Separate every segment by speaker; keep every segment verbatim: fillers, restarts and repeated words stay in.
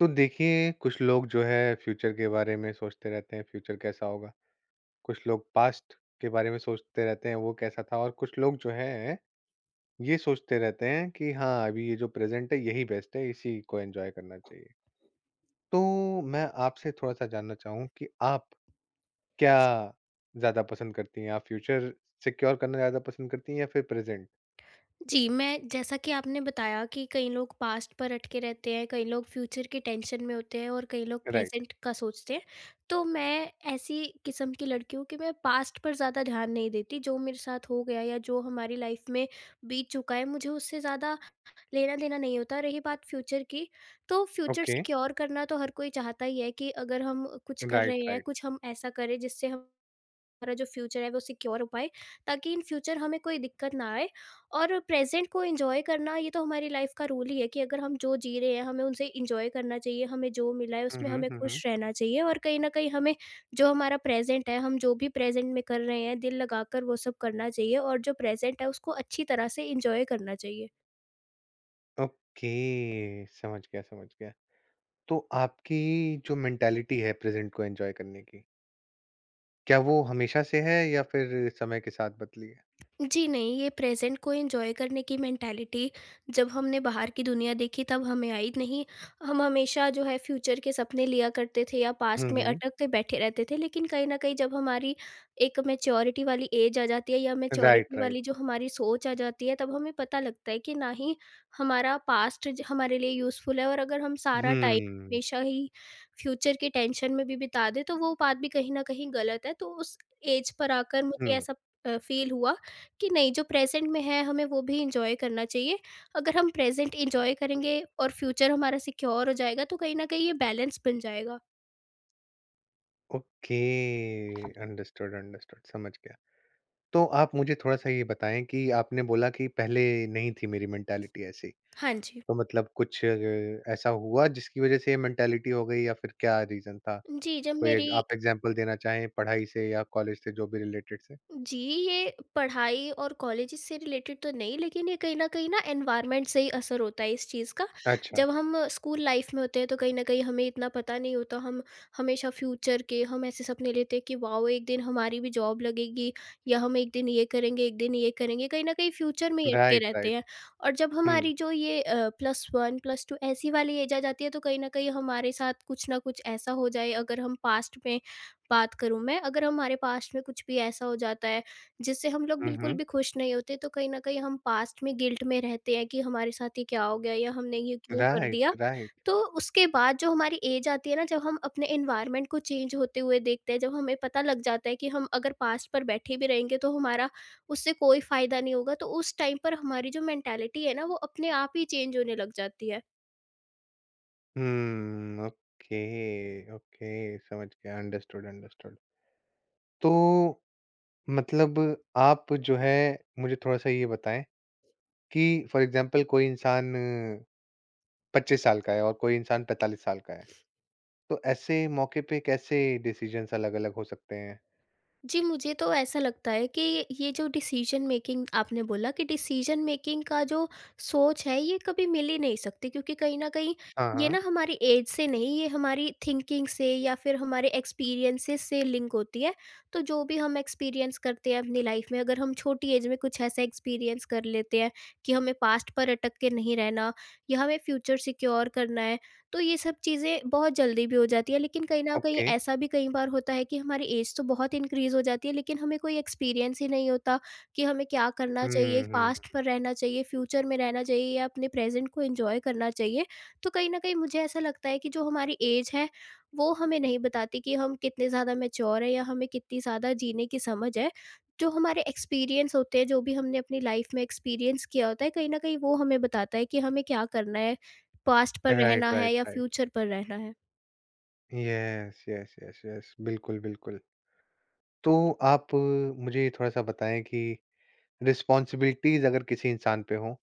Speaker 1: तो देखिए, कुछ लोग जो है फ्यूचर के बारे में सोचते रहते हैं, फ्यूचर कैसा होगा। कुछ लोग पास्ट के बारे में सोचते रहते हैं, वो कैसा था और कुछ लोग जो हैं, ये सोचते रहते हैं कि हाँ, अभी ये जो प्रेज़ेंट है, यही बेस्ट है, इसी को एन्जॉय करना चाहिए। तो मैं आपसे थोड़ा-सा जानना चाहूँ कि आप क्या ज़्यादा पसंद करती हैं? आप फ्यूचर सिक्योर करना ज़्यादा पसंद करती हैं या फिर प्रेज़ेंट?
Speaker 2: जी, मैं जैसा कि आपने बताया कि कई लोग पास्ट पर अटके रहते हैं, कई लोग फ्यूचर के टेंशन में होते हैं और कई लोग
Speaker 1: राइट,
Speaker 2: प्रेजेंट का सोचते हैं। तो मैं ऐसी किस्म की लड़की हूँ कि मैं पास्ट पर ज़्यादा ध्यान नहीं देती, जो मेरे साथ हो गया या जो हमारी लाइफ में बीत चुका है, मुझे उससे ज़्यादा लेना-देना नहीं होता। रही बात फ्यूचर की, तो फ्यूचर
Speaker 1: ओके।
Speaker 2: सिक्योर करना तो हर कोई चाहता ही है कि अगर हम कुछ कर
Speaker 1: राइट,
Speaker 2: रहे हैं,
Speaker 1: राइट।
Speaker 2: कुछ हम ऐसा करें जिससे हम हमारा जो फ्यूचर है वो सिक्योर हो पाए, ताकि इन फ्यूचर हमें कोई दिक्कत ना आए। और प्रेजेंट को एंजॉय करना ये तो हमारी लाइफ का रूल ही है कि अगर हम जो जी रहे हैं हमें उनसे एंजॉय करना चाहिए, हमें जो मिला है
Speaker 1: हुँ,
Speaker 2: उसमें
Speaker 1: हुँ,
Speaker 2: हमें
Speaker 1: हुँ, हुँ।
Speaker 2: खुश रहना चाहिए और कहीं ना कहीं हमें जो हमारा प्रेजेंट है हम जो भी प्रेजेंट में कर रहे हैं दिल लगाकर वो सब करना चाहिए, और जो प्रेजेंट है उसको अच्छी तरह से एंजॉय करना चाहिए।
Speaker 1: ओके, समझ गया, समझ गया। तो आपकी जो मेंटालिटी है प्रेजेंट को एंजॉय करने की, क्या वो हमेशा से है या फिर समय के साथ बदली है?
Speaker 2: जी नहीं, ये प्रेज़ेंट को एन्जॉय करने की मेंटालिटी जब हमने बाहर की दुनिया देखी तब हमें आई नहीं। हम हमेशा जो है फ्यूचर के सपने लिया करते थे या
Speaker 1: हुँ,
Speaker 2: पास्ट में
Speaker 1: हुँ।
Speaker 2: अटकते बैठे रहते थे। लेकिन कहीं न कहीं जब हमारी एक मैच्योरिटी वाली एज आ जाती है या
Speaker 1: राइट,
Speaker 2: मैच्योरिटी
Speaker 1: राइट।
Speaker 2: वाली जो हमारी सोच आ जाती है, तब हमें पता लगता है कि ना ही हमारा पास्ट ज हमारे लिए यूज़फुल है, और अगर हम सारा टाइम
Speaker 1: हुँ,
Speaker 2: हमेशा ही फ्यूचर की टेंशन में भी बिता दें तो वो बात भी कहीं न कहीं गलत है। तो उस एज पर आकर मुझे
Speaker 1: हुँ।
Speaker 2: ऐसा अ, फ़ील हुआ कि नहीं, जो प्रेज़ेंट में है हमें वो भी एन्जॉय करना चाहिए। अगर हम प्रेज़ेंट एन्जॉय करेंगे और फ्यूचर हमारा सिक्योर हो जाएगा तो कहीं न कहीं ये बैलेंस बन जाएगा।
Speaker 1: ओके, अंडरस्टूड, अंडरस्टूड, समझ गया। तो आप मुझे थोड़ा-सा ये बताएँ कि आपने बोला कि पहले नहीं थी मेरी मेंटालिटी ऐसी,
Speaker 2: हाँ जी।
Speaker 1: तो मतलब कुछ अ, ऐसा हुआ जिसकी वज़ह से ये मेंटालिटी हो गई या फिर क्या रीज़न था?
Speaker 2: जी, जब
Speaker 1: कोई एक
Speaker 2: मेरी।
Speaker 1: आप एग्ज़ाम्पल देना चाहें पढ़ाई से या कॉलेज से जो भी रिलेटेड से?
Speaker 2: जी, ये पढ़ाई और कॉलेजेस से रिलेटेड तो नहीं, लेकिन ये कहीं न कहीं ना एनवायरनमेंट से ही असर होता है इस चीज़ का।
Speaker 1: अच्छा,
Speaker 2: जब हम स्कूल लाइफ़ में होते हैं तो कहीं न कहीं हमें इतना पता नहीं होता, हम हमेशा फ्यूचर के हम ऐसे सपने लेते हैं कि वाओ! एक दिन हमारी भी जॉब लगेगी या हम एक दिन ये करेंगे, एक दिन ये करेंगे, कहीं न कहीं फ्यूचर में ही अटके
Speaker 1: राइट, राइट।
Speaker 2: रहते हैं। और जब
Speaker 1: हुँ।
Speaker 2: हमारी जो ये अ, प्लस वन प्लस टू ऐसी वाली एज आ जाती है तो कहीं न कहीं हमारे साथ कुछ ना कुछ ऐसा हो जाए। अगर हम पास्ट में बात करूँ मैं, अगर हमारे पास्ट में कुछ भी ऐसा हो जाता है, जिससे हम लोग
Speaker 1: हुँ,
Speaker 2: बिल्कुल
Speaker 1: हुँ।
Speaker 2: भी खुश नहीं होते, तो कहीं न कहीं हम पास्ट में गिल्ट में रहते हैं कि हमारे साथ ये क्या हो गया या हमने ये क्यों कर
Speaker 1: राइट,
Speaker 2: दिया।
Speaker 1: राइट।
Speaker 2: तो उसके बाद जो हमारी एज आती है ना, जब हम अपने एनवायरनमेंट को चेंज होते हुए देखते हैं, जब हमें पता लग जाता है कि हम अगर पास्ट पर बैठे भी रहेंगे, तो हमारा उससे कोई फ़ायदा नहीं होगा, तो उस टाइम पर हमारी जो मेंटालिटी है ना, वो अपने आप ही चेंज होने लग जाती है।
Speaker 1: हुँ, ओके, ओके, समझ गया, अंडरस्टूड, अंडरस्टूड। तो मतलब आप जो है मुझे थोड़ा-सा ये बताएँ कि फॉर एग्ज़ाम्पल कोई इंसान पच्चीस साल का है और कोई इंसान पैंतालीस साल का है, तो ऐसे मौके पे कैसे डिसीज़न्स अलग-अलग हो सकते हैं?
Speaker 2: जी, मुझे तो ऐसा लगता है कि ये जो डिसीजन मेकिंग आपने बोला कि डिसीजन मेकिंग का जो सोच है ये कभी मिल ही नहीं सकती, क्योंकि कहीं न कहीं
Speaker 1: हाँ,
Speaker 2: ये
Speaker 1: हाँ,
Speaker 2: ना हमारी एज से नहीं, ये हमारी थिंकिंग से या फिर हमारे एक्सपीरियंसेस से लिंक होती है। तो जो भी हम एक्सपीरियंस करते हैं अपनी लाइफ में, अगर हम छोटी एज में कुछ ऐसा एक्सपीरियंस कर लेते हैं कि हमें पास्ट पर अटक के नहीं रहना या हमें फ्यूचर सिक्योर करना है। तो ये सब चीज़ें बहुत जल्दी भी हो जाती है, लेकिन कहीं न कहीं
Speaker 1: ओके।
Speaker 2: ऐसा भी कई बार होता है कि हमारी ऐज तो बहुत इंक्रीज़ हो जाती है लेकिन हमें कोई एक्सपीरियंस ही नहीं होता कि हमें क्या करना चाहिए,
Speaker 1: हुँ, हुँ।
Speaker 2: पास्ट पर रहना चाहिए, फ्यूचर में रहना चाहिए या अपने प्रेज़ेंट को एन्जॉय करना चाहिए। तो कहीं न कहीं मुझे ऐसा लगता है कि जो हमारी ऐज है, वो हमें नहीं बताती कि हम कितने ज़्यादा मैच्योर हैं या हमें कितनी ज़्यादा जीने की समझ है। जो हमारे एक्सपीरियंस होते हैं, जो भी हमने अपनी लाइफ़ में एक्सपीरियंस किया होता है, कहीं न कहीं वो हमें बताता है कि हमें क्या करना है, पास्ट पर रहना
Speaker 1: राइट, राइट,
Speaker 2: है या
Speaker 1: राइट।
Speaker 2: फ्यूचर पर रहना है।
Speaker 1: Yes, yes, yes, yes. बिल्कुल, बिल्कुल। तो आप मुझे थोड़ा-सा बताएँ कि रिस्पॉन्सिबिलिटीज अगर किसी इंसान पे हो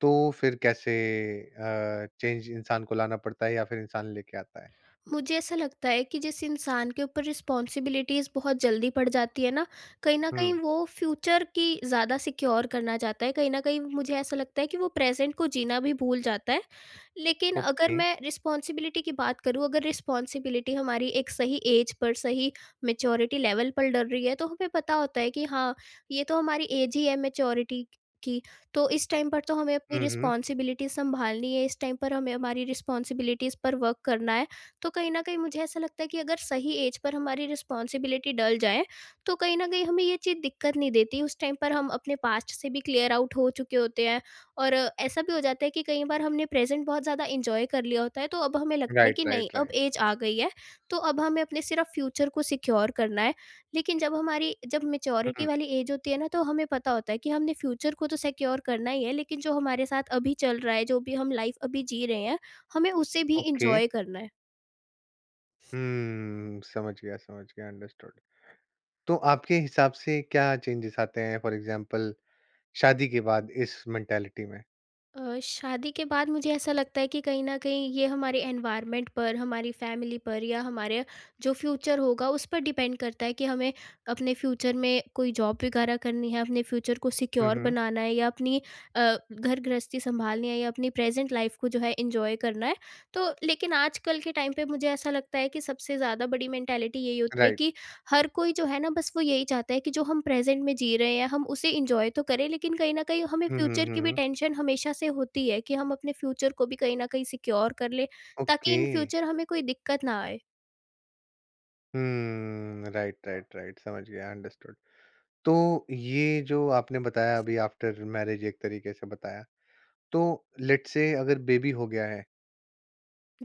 Speaker 1: तो फिर कैसे चेंज इंसान को लाना पड़ता है या फिर इंसान लेके आता है?
Speaker 2: मुझे ऐसा लगता है कि जिस इंसान के ऊपर रिस्पॉन्सिबिलिटीज़ बहुत जल्दी पड़ जाती है ना, कहीं न कहीं
Speaker 1: हम्म।
Speaker 2: वो फ्यूचर की ज़्यादा सिक्योर करना चाहता है, कहीं न कहीं मुझे ऐसा लगता है कि वो प्रेज़ेंट को जीना भी भूल जाता है। लेकिन अगर
Speaker 1: ओके।
Speaker 2: मैं रिस्पॉन्सिबिलिटी की बात करूँ, अगर रिस्पॉन्सिबिलिटी हमारी एक सही एज पर, सही मैच्योरिटी लेवल पर डल रही है, तो हमें पता होता है कि हाँ, ये तो हमारी एज ही है मैच्योरिटी की, तो इस टाइम पर तो हमें अपनी
Speaker 1: हम्म, हम्म,
Speaker 2: रिस्पॉन्सिबिलिटी सँभालनी है, इस टाइम पर हमें हमारी रिस्पॉन्सिबिलिटीज़ पर वर्क करना है। तो कहीं न कहीं मुझे ऐसा लगता है कि अगर सही एज पर हमारी रिस्पॉन्सिबिलिटी डल जाए, तो कहीं न कहीं हमें ये चीज़ दिक्कत नहीं देती। उस टाइम पर हम अपने पास्ट से भी क्लियर आउट हो चुके होते हैं और अ, ऐसा भी हो जाता है कि कई बार हमने प्रेज़ेंट बहुत ज़्यादा एन्जॉय कर लिया होता है, तो अब हमें लगता है
Speaker 1: राइट,
Speaker 2: कि नहीं,
Speaker 1: राइट,
Speaker 2: अब
Speaker 1: राइट।
Speaker 2: ऐज आ गई है, तो अब हमें अपने सिर्फ़ फ्यूचर को सिक्योर करना है। लेकिन जब हमारी जब मैच्योरिटी
Speaker 1: हम्म।
Speaker 2: वाली ऐज होती है ना, तो हमें पता होता है कि हमने फ्यूचर को तो सिक्योर करना ही है, लेकिन जो हमारे साथ अभी चल रहा है, जो भी हम लाइफ़ अभी जी रहे हैं, हमें उसे भी
Speaker 1: ओके।
Speaker 2: एन्जॉय करना है।
Speaker 1: हम्म, समझ गया, समझ गया, अंडरस्टूड। तो आपके हिसाब से क्या चेंजेस आते हैं फॉर एग्जांपल शादी के बाद इस मेंटालिटी में?
Speaker 2: अ, शादी के बाद मुझे ऐसा लगता है कि कहीं न कहीं ये हमारे एनवायरनमेंट पर, हमारी फैमिली पर या हमारे जो फ्यूचर होगा उस पर डिपेंड करता है कि हमें अपने फ्यूचर में कोई जॉब वगैरह करनी है, अपने फ्यूचर को सिक्योर
Speaker 1: हम्म,
Speaker 2: बनाना है या अपनी अ, घर गृहस्थी संभालनी है या अपनी प्रेज़ेंट लाइफ़ को जो है एन्जॉय करना है। तो लेकिन आजकल के टाइम पे मुझे ऐसा लगता है कि सबसे ज़्यादा बड़ी मेंटालिटी यही होती है
Speaker 1: राइट,
Speaker 2: कि हर कोई जो है ना बस वो यही चाहता है कि जो हम प्रेज़ेंट में जी रहे हैं हम उसे एन्जॉय तो करें, लेकिन कहीं न कहीं हमें
Speaker 1: हम्म, हम्म,
Speaker 2: फ्यूचर
Speaker 1: हम्म,
Speaker 2: की भी
Speaker 1: हम्म,
Speaker 2: टेंशन हमेशा से होती है कि हम अपने फ्यूचर को भी कहीं न कहीं सिक्योर कर लें, ताकि
Speaker 1: ओके।
Speaker 2: इन फ्यूचर हमें कोई दिक्कत ना आए।
Speaker 1: हम्म, राइट, राइट, राइट, समझ गया, अंडरस्टूड। तो ये जो आपने बताया अभी आफ्टर मैरिज एक तरीके से बताया, तो लेट्स से अगर बेबी हो गया है,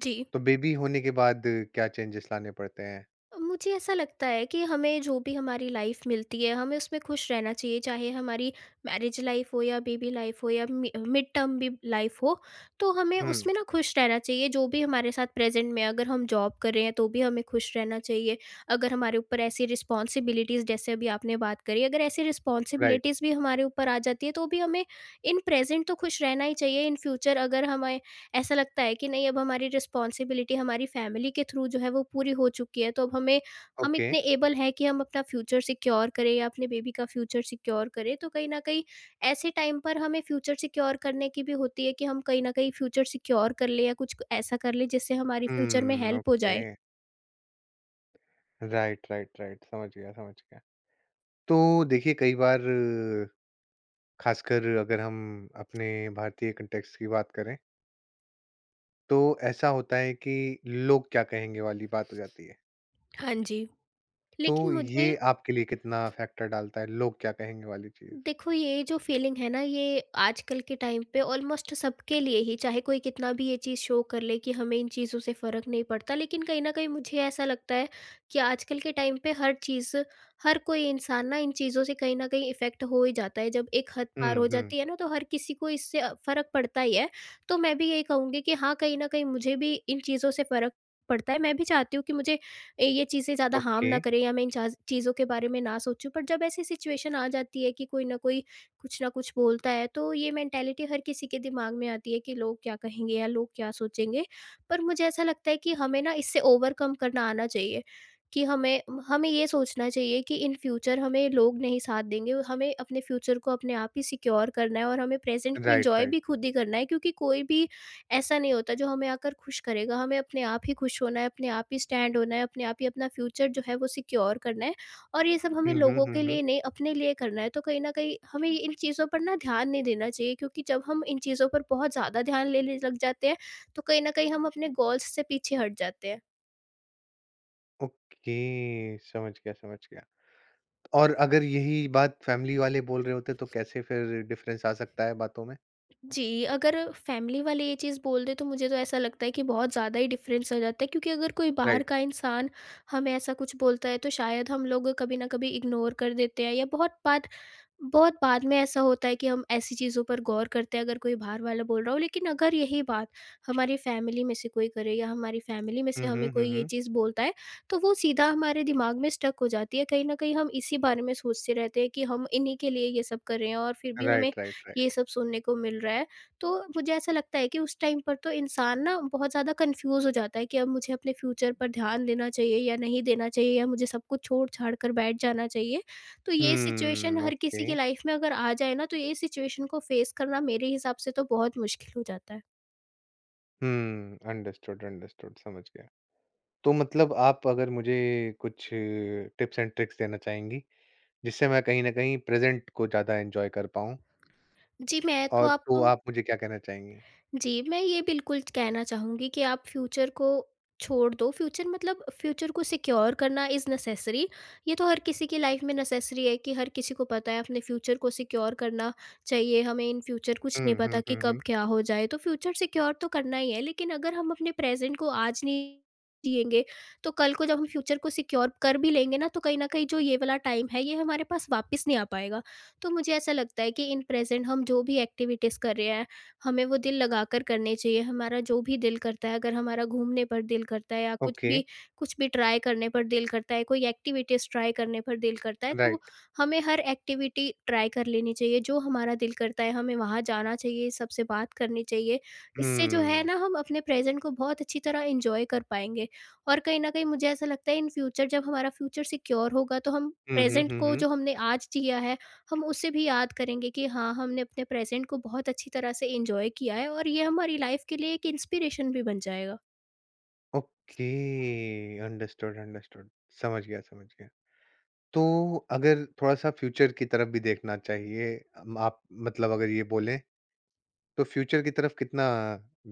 Speaker 2: जी।
Speaker 1: तो बेबी होने के बाद क्या चेंजेस लाने पड़ते हैं?
Speaker 2: मुझे ऐसा लगता है कि हमें जो भी हमारी लाइफ मिलती है हमें उसमें खुश रहना चाहिए, चाहे हमारी मैरिज लाइफ हो या बेबी लाइफ हो या मिड टर्म भी लाइफ हो, तो हमें
Speaker 1: हुँ,
Speaker 2: उसमें ना खुश रहना चाहिए। जो भी हमारे साथ प्रेजेंट में है, अगर हम जॉब कर रहे हैं तो भी हमें खुश रहना चाहिए। अगर हमारे ऊपर ऐसी रिस्पॉन्सिबिलिटीज़ जैसे अभी आपने बात करी, अगर ऐसी
Speaker 1: राइट,
Speaker 2: रिस्पॉन्सिबिलिटीज़ भी हमारे ऊपर आ जाती है तो भी हमें इन प्रेजेंट तो खुश रहना ही चाहिए। इन फ्यूचर अगर हम ऐसा लगता है कि नहीं अब हमारी रिस्पॉन्सिबिलिटी हमारी फैमिली के थ्रू जो है वो पूरी हो चुकी है, तो अब हमें हम
Speaker 1: ओके।
Speaker 2: इतने एबल हैं कि हम अपना फ्यूचर सिक्योर करें या अपने बेबी का फ्यूचर सिक्योर करें, तो कहीं ना कहीं ऐसे टाइम पर हमें फ्यूचर सिक्योर करने की भी होती है कि हम कहीं ना कहीं फ्यूचर सिक्योर कर ले या कुछ ऐसा कर ले जिससे हमारी फ्यूचर में
Speaker 1: हुँ,
Speaker 2: हेल्प हो
Speaker 1: ओके।
Speaker 2: जाए।
Speaker 1: राइट, राइट, राइट, समझ गया, समझ गया। तो देखिए कई बार अ, खासकर अगर हम अपने भारतीय कॉन्टेक्स्ट की बात करें, तो ऐसा होता है कि लोग क्या कहेंगे वाली बात हो जाती है।
Speaker 2: हाँ जी।
Speaker 1: तो
Speaker 2: लेकिन मुझे
Speaker 1: ये आपके लिए कितना फैक्टर डालता है, लोग क्या कहेंगे वाली चीज़?
Speaker 2: देखो, ये जो फीलिंग है ना ये आजकल के टाइम पे ऑलमोस्ट सबके लिए ही, चाहे कोई कितना भी ये चीज़ शो कर ले कि हमें इन चीज़ों से फ़र्क नहीं पड़ता, लेकिन कहीं ना कहीं मुझे ऐसा लगता है कि आजकल के टाइम पे हर चीज़ हर कोई इंसान ना इन चीज़ों से कहीं ना कहीं इफ़ेक्ट हो ही जाता है। जब एक हद पार
Speaker 1: हुँ,
Speaker 2: हो
Speaker 1: हुँ।
Speaker 2: जाती है ना, तो हर किसी को इससे अ, फ़र्क पड़ता ही है। तो मैं भी यही कहूँगी कि हाँ, कहीं ना कहीं मुझे भी इन चीज़ों से फ़र्क पड़ता है, मैं भी चाहती हूँ कि मुझे ए, ये चीज़ें ज़्यादा हार्म
Speaker 1: ओके,
Speaker 2: ना करें या मैं इन चाज़ चीज़ों के बारे में ना सोचूँ। पर जब ऐसी सिचुएशन आ जाती है कि कोई ना कोई कुछ ना कुछ बोलता है, तो ये मेंटालिटी हर किसी के दिमाग में आती है कि लोग क्या कहेंगे या लोग क्या सोचेंगे। पर मुझे ऐसा लगता है कि हमें ना इससे ओवरकम करना आना चाहिए कि हमें हमें ये सोचना चाहिए कि इन फ्यूचर हमें लोग नहीं साथ देंगे। हमें अपने फ्यूचर को अपने आप ही सिक्योर करना है और हमें प्रेज़ेंट को
Speaker 1: राइट,
Speaker 2: एन्जॉय
Speaker 1: राइट।
Speaker 2: भी खुद ही करना है, क्योंकि कोई भी ऐसा नहीं होता जो हमें आकर खुश करेगा, हमें अपने आप ही खुश होना है, अपने आप ही स्टैंड होना है, अपने आप ही अपना फ्यूचर जो है वो सिक्योर करना है और ये सब
Speaker 1: हुँ,
Speaker 2: हमें
Speaker 1: हुँ,
Speaker 2: लोगों
Speaker 1: हुँ,
Speaker 2: के
Speaker 1: हुँ।
Speaker 2: लिए नहीं अपने लिए करना है। तो कहीं न कहीं हमें इन चीज़ों पर ना ध्यान नहीं देना चाहिए, क्योंकि जब हम इन चीज़ों पर बहुत ज़्यादा ध्यान लेने लग जाते हैं, तो कहीं न कहीं हम अपने गोल्स से पीछे हट जाते हैं।
Speaker 1: ओके, समझ गया, समझ गया। और अगर यही बात फैमिली वाले बोल रहे होते तो कैसे फिर डिफरेंस आ सकता है बातों में?
Speaker 2: जी, अगर फैमिली वाले ये चीज़ बोल दें तो मुझे तो ऐसा लगता है कि बहुत ज़्यादा ही डिफ़रेंस आ जाता है, क्योंकि अगर कोई बाहर
Speaker 1: राइट।
Speaker 2: का इंसान हमें ऐसा कुछ बोलता है तो शायद हम लोग कभी न कभी इग्नोर कर देते हैं, या बहुत बात बहुत बाद में ऐसा होता है कि हम ऐसी चीज़ों पर गौर करते हैं, अगर कोई बाहर वाला बोल रहा हो। लेकिन अगर यही बात हमारी फैमिली में से कोई करे, या हमारी फैमिली में
Speaker 1: हुँ,
Speaker 2: से
Speaker 1: हुँ,
Speaker 2: हमें
Speaker 1: हुँ,
Speaker 2: कोई ये
Speaker 1: हुँ।
Speaker 2: चीज़ बोलता है, तो वो सीधा हमारे दिमाग में स्टक हो जाती है। कहीं ना कहीं हम इसी बारे में सोचते रहते हैं कि हम इन्हीं के लिए ये सब कर रहे हैं और फिर भी हमें
Speaker 1: राइट, राइट,
Speaker 2: ये
Speaker 1: राइट।
Speaker 2: सब सुनने को मिल रहा है। तो मुझे ऐसा लगता है कि उस टाइम पर तो इंसान ना बहुत ज़्यादा कंफ्यूज हो जाता है कि अब मुझे अपने फ्यूचर पर ध्यान देना चाहिए या नहीं देना चाहिए, या मुझे सब कुछ छोड़ छाड़ कर बैठ जाना चाहिए। तो ये सिचुएशन
Speaker 1: हम्म,
Speaker 2: हर
Speaker 1: ओके।
Speaker 2: किसी की लाइफ में अगर आ जाए ना, तो ये सिचुएशन को फेस करना मेरे हिसाब से तो बहुत मुश्किल हो जाता है।
Speaker 1: हुँ, अंडरस्टूड, अंडरस्टूड, समझ गया। तो मतलब आप अगर मुझे कुछ टिप्स एंड ट्रिक्स देना चाहेंगी, जिससे मैं कहीं न कहीं प्रेज़ेंट को ज़्यादा एन्जॉय कर पाऊँ,
Speaker 2: जी, मैं तो
Speaker 1: और तो
Speaker 2: आपको
Speaker 1: आप मुझे क्या कहना चाहेंगी?
Speaker 2: जी, मैं ये बिल्कुल कहना चाहूँगी कि आप फ्यूचर को छोड़ दो, फ्यूचर मतलब फ्यूचर को सिक्योर करना इज़ नेसेसरी। ये तो हर किसी की लाइफ़ में नेसेसरी है कि हर किसी को पता है अपने फ्यूचर को सिक्योर करना चाहिए। हमें इन फ्यूचर कुछ नहीं
Speaker 1: हुँ, हुँ,
Speaker 2: पता कि
Speaker 1: हुँ,
Speaker 2: कब
Speaker 1: हुँ।
Speaker 2: क्या हो जाए, तो फ्यूचर सिक्योर तो करना ही है, लेकिन अगर हम अपने प्रेज़ेंट को आज नहीं जिएँगे, तो कल को जब हम फ्यूचर को सिक्योर कर भी लेंगे ना, तो कहीं न कहीं जो ये वाला टाइम है, ये हमारे पास वापस नहीं आ पाएगा। तो मुझे ऐसा लगता है कि इन प्रेज़ेंट हम जो भी एक्टिविटीज़ कर रहे हैं, हमें वो दिल लगाकर करने चाहिए। हमारा जो भी दिल करता है, अगर हमारा घूमने पर दिल करता है, या कुछ
Speaker 1: ओके,
Speaker 2: भी कुछ भी ट्राई करने पर दिल करता है, कोई एक्टिविटीज़ ट्राई करने पर दिल करता है, तो
Speaker 1: राइट।
Speaker 2: हमें हर एक्टिविटी ट्राई कर लेनी चाहिए। जो हमारा दिल करता है, हमें वहाँ जाना चाहिए, सबसे बात करनी चाहिए। इससे जो है
Speaker 1: हुँ।
Speaker 2: ना, हम अपने प्रेज़ेंट को बहुत अच्छी तरह एन्जॉय कर पाएँगे। और कहीं न कहीं मुझे ऐसा लगता है, इन फ्यूचर जब हमारा फ्यूचर सिक्योर होगा, तो हम
Speaker 1: हुँ, हुँ,
Speaker 2: प्रेज़ेंट
Speaker 1: हुँ,
Speaker 2: को
Speaker 1: हुँ।
Speaker 2: जो हमने आज जिया है, हम उसे भी याद करेंगे कि हाँ, हमने अपने प्रेज़ेंट को बहुत अच्छी तरह से एन्जॉय किया है, और ये हमारी लाइफ़ के लिए एक इंस्पिरेशन भी बन जाएगा।
Speaker 1: Okay, understood, understood. समझ गया, समझ गया। तो अगर थोड़ा-सा फ्यूचर की तरफ भी देखना चाहिए, अम, आप मतलब अगर ये बोलें, तो फ्यूचर की तरफ कितना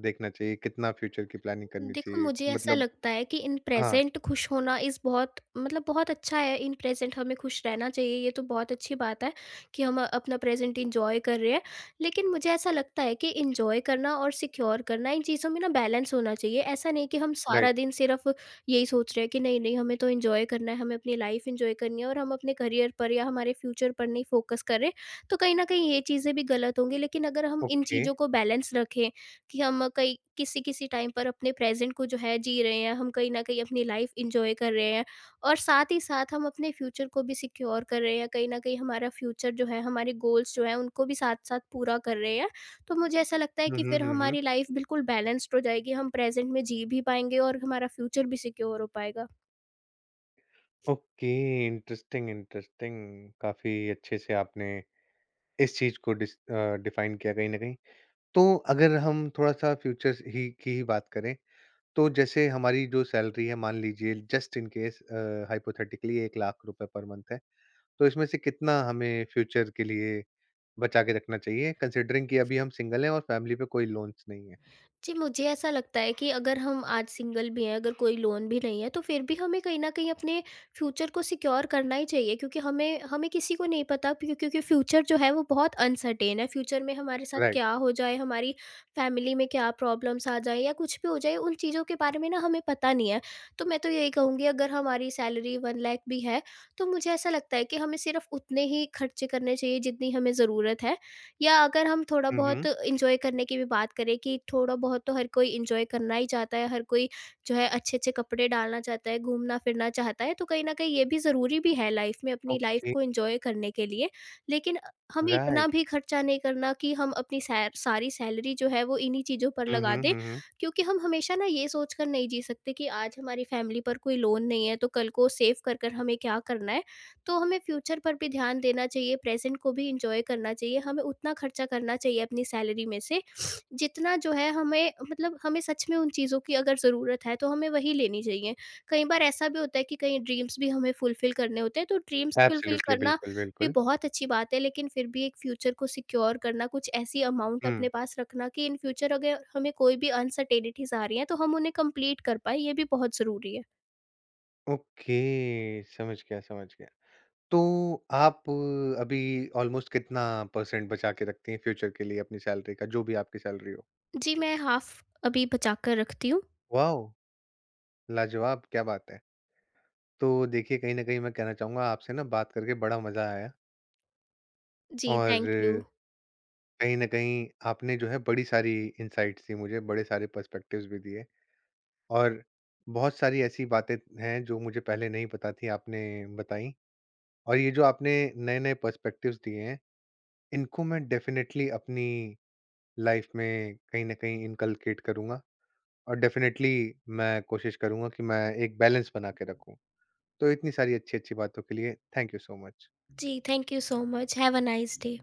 Speaker 1: देखना चाहिए? कितना फ्यूचर की प्लानिंग करनी
Speaker 2: देखो,
Speaker 1: चाहिए?
Speaker 2: मुझे ऐसा
Speaker 1: मतलब
Speaker 2: लगता है कि इन
Speaker 1: हाँ,
Speaker 2: प्रेजेंट खुश होना इज़ बहुत, मतलब बहुत अच्छा है। इन प्रेजेंट हमें खुश रहना चाहिए, ये तो बहुत अच्छी बात है कि हम अपना प्रेजेंट इंजॉय कर रहे हैं। लेकिन मुझे ऐसा लगता है कि इंजॉय करना और सिक्योर करना, इन चीज़ों में ना बैलेंस होना चाहिए। ऐसा नहीं कि हम
Speaker 1: राइट,
Speaker 2: सारा दिन सिर्फ यही सोच रहे हैं कि नहीं नहीं, हमें तो इंजॉय करना है, हमें अपनी लाइफ इंजॉय करनी है, और हम अपने करियर पर या हमारे फ्यूचर पर नहीं फोकस करें। तो कहीं ना कहीं ये चीज़ें भी गलत होंगी। लेकिन अगर हम इन
Speaker 1: ओके।
Speaker 2: चीज़ों को बैलेंस रखें कि हम कई किसी किसी टाइम पर अपने प्रेज़ेंट को जो है जी रहे हैं, हम कहीं न कहीं अपनी लाइफ़ एन्जॉय कर रहे हैं, और साथ ही साथ हम अपने फ्यूचर को भी सिक्योर कर रहे हैं, कहीं न कहीं हमारा फ्यूचर जो है, हमारे गोल्स जो हैं, उनको भी साथ-साथ पूरा कर रहे हैं। तो मुझे ऐसा लगता है
Speaker 1: हुँ,
Speaker 2: कि
Speaker 1: हुँ,
Speaker 2: फिर
Speaker 1: हुँ, हुँ।
Speaker 2: हमारी लाइफ़ बिल्कुल बैलेंस्ड हो जाएगी, हम प्रेज़ेंट में जी भी पाएँगे और हमारा फ्यूचर भी सिक्योर हो पाएगा।
Speaker 1: Okay, interesting, interesting. काफ़ी अच्छे से आपने इस चीज़ को डिस अ, डिफाइन किया कहीं न कहीं। तो अगर हम थोड़ा-सा फ्यूचर ही की ही बात करें, तो जैसे हमारी जो सैलरी है, मान लीजिए जस्ट इन केस हाइपोथेटिकली एक लाख रुपए पर मंथ है, तो इसमें से कितना हमें फ्यूचर के लिए बचा के रखना चाहिए कंसिडरिंग कि अभी हम सिंगल हैं और फैमिली पे कोई लोन्स नहीं है?
Speaker 2: जी, मुझे ऐसा लगता है कि अगर हम आज सिंगल भी हैं, अगर कोई लोन भी नहीं है, तो फिर भी हमें कहीं न कहीं अपने फ्यूचर को सिक्योर करना ही चाहिए, क्योंकि हमें हमें किसी को नहीं पता क्यों, क्योंकि फ्यूचर जो है वो बहुत अनसर्टेन है। फ्यूचर में हमारे साथ
Speaker 1: राइट।
Speaker 2: क्या हो जाए, हमारी फैमिली में क्या प्रॉब्लम्स आ जाएँ या कुछ भी हो जाए, उन चीज़ों के बारे में ना हमें पता नहीं है। तो मैं तो यही कहूँगी, अगर हमारी सैलरी एक लाख भी है, तो मुझे ऐसा लगता है कि हमें सिर्फ़ उतने ही खर्चे करने चाहिए जितनी हमें ज़रूरत है। या अगर हम थोड़ा
Speaker 1: हम्म।
Speaker 2: बहुत एंजॉय करने की भी बात करें, कि थोड़ा बहुत तो हर कोई एंजॉय करना ही चाहता है, हर कोई जो है अच्छे-अच्छे कपड़े डालना चाहता है, घूमना-फिरना चाहता है, तो कहीं न कहीं ये भी ज़रूरी भी है लाइफ़ में, अपनी लाइफ़
Speaker 1: ओके।
Speaker 2: को एंजॉय करने के लिए। लेकिन अ, हमें इतना
Speaker 1: राइट।
Speaker 2: भी खर्चा नहीं करना कि हम अपनी सैर सारी सैलरी जो है वो इन्हीं चीज़ों पर लगा
Speaker 1: हम्म,
Speaker 2: दें,
Speaker 1: हम्म,
Speaker 2: क्योंकि हम हमेशा ना ये सोच कर नहीं जी सकते कि आज हमारी फैमिली पर कोई लोन नहीं है, तो कल को सेव कर, कर हमें क्या करना है। तो हमें फ्यूचर पर भी ध्यान देना चाहिए, प्रेज़ेंट को भी एन्जॉय करना चाहिए, हमें उतना खर्चा करना चाहिए अपनी सैलरी में से, जितना जो है हमें, मतलब हमें सच में उन चीज़ों की अगर ज़रूरत है, तो हमें वही लेनी चाहिए। कई बार ऐसा भी होता है कि कई ड्रीम्स भी हमें फुलफ़िल करने होते हैं, तो ड्रीम्स फुलफ़िल
Speaker 1: एब्सोल्युटली,
Speaker 2: करना
Speaker 1: बिल्कुल,
Speaker 2: भी
Speaker 1: बिल्कुल।
Speaker 2: बहुत अच्छी बात है, लेकिन फिर भी एक फ्यूचर को सिक्योर करना, कुछ ऐसी अमाउंट
Speaker 1: हम्म।
Speaker 2: अपने पास रखना कि इन फ्यूचर अगर हमें कोई भी अनसर्टेनिटीज़ आ रही हैं, तो हम उन्हें कंप्लीट कर पाएँ, ये भी बहुत ज़रूरी है।
Speaker 1: ओके, समझ गया, समझ गया। तो आप अ, अभी ऑलमोस्ट कितना परसेंट बचा के रखती हैं फ्यूचर के लिए, अपनी सैलरी का जो भी आपकी सैलरी हो?
Speaker 2: जी, मैं हाफ़ अभी बचा कर रखती हूँ।
Speaker 1: वाओ, लाजवाब, क्या बात है। तो देखिए, कहीं न कहीं मैं कहना चाहूँगा आपसे ना बात करके बड़ा मज़ा आया,
Speaker 2: Ji, thank
Speaker 1: और
Speaker 2: you.
Speaker 1: कहीं न कहीं आपने जो है बड़ी सारी इनसाइट्स दी मुझे, बड़े सारे पर्सपेक्टिव्स भी दिए, और बहुत सारी ऐसी बातें हैं जो मुझे पहले नहीं पता थी, आपने बताई। और ये जो आपने नए-नए पर्सपेक्टिव्स दिए हैं, इनको मैं डेफ़िनेटली अपनी लाइफ़ में कहीं न कहीं इनकल्केट करूँगा, और डेफ़िनेटली मैं कोशिश करूँगा कि मैं एक बैलेंस बना के रखूँ। तो इतनी सारी अच्छी-अच्छी बातों के लिए thank you so much.
Speaker 2: Ji, thank you so much. Have a nice day.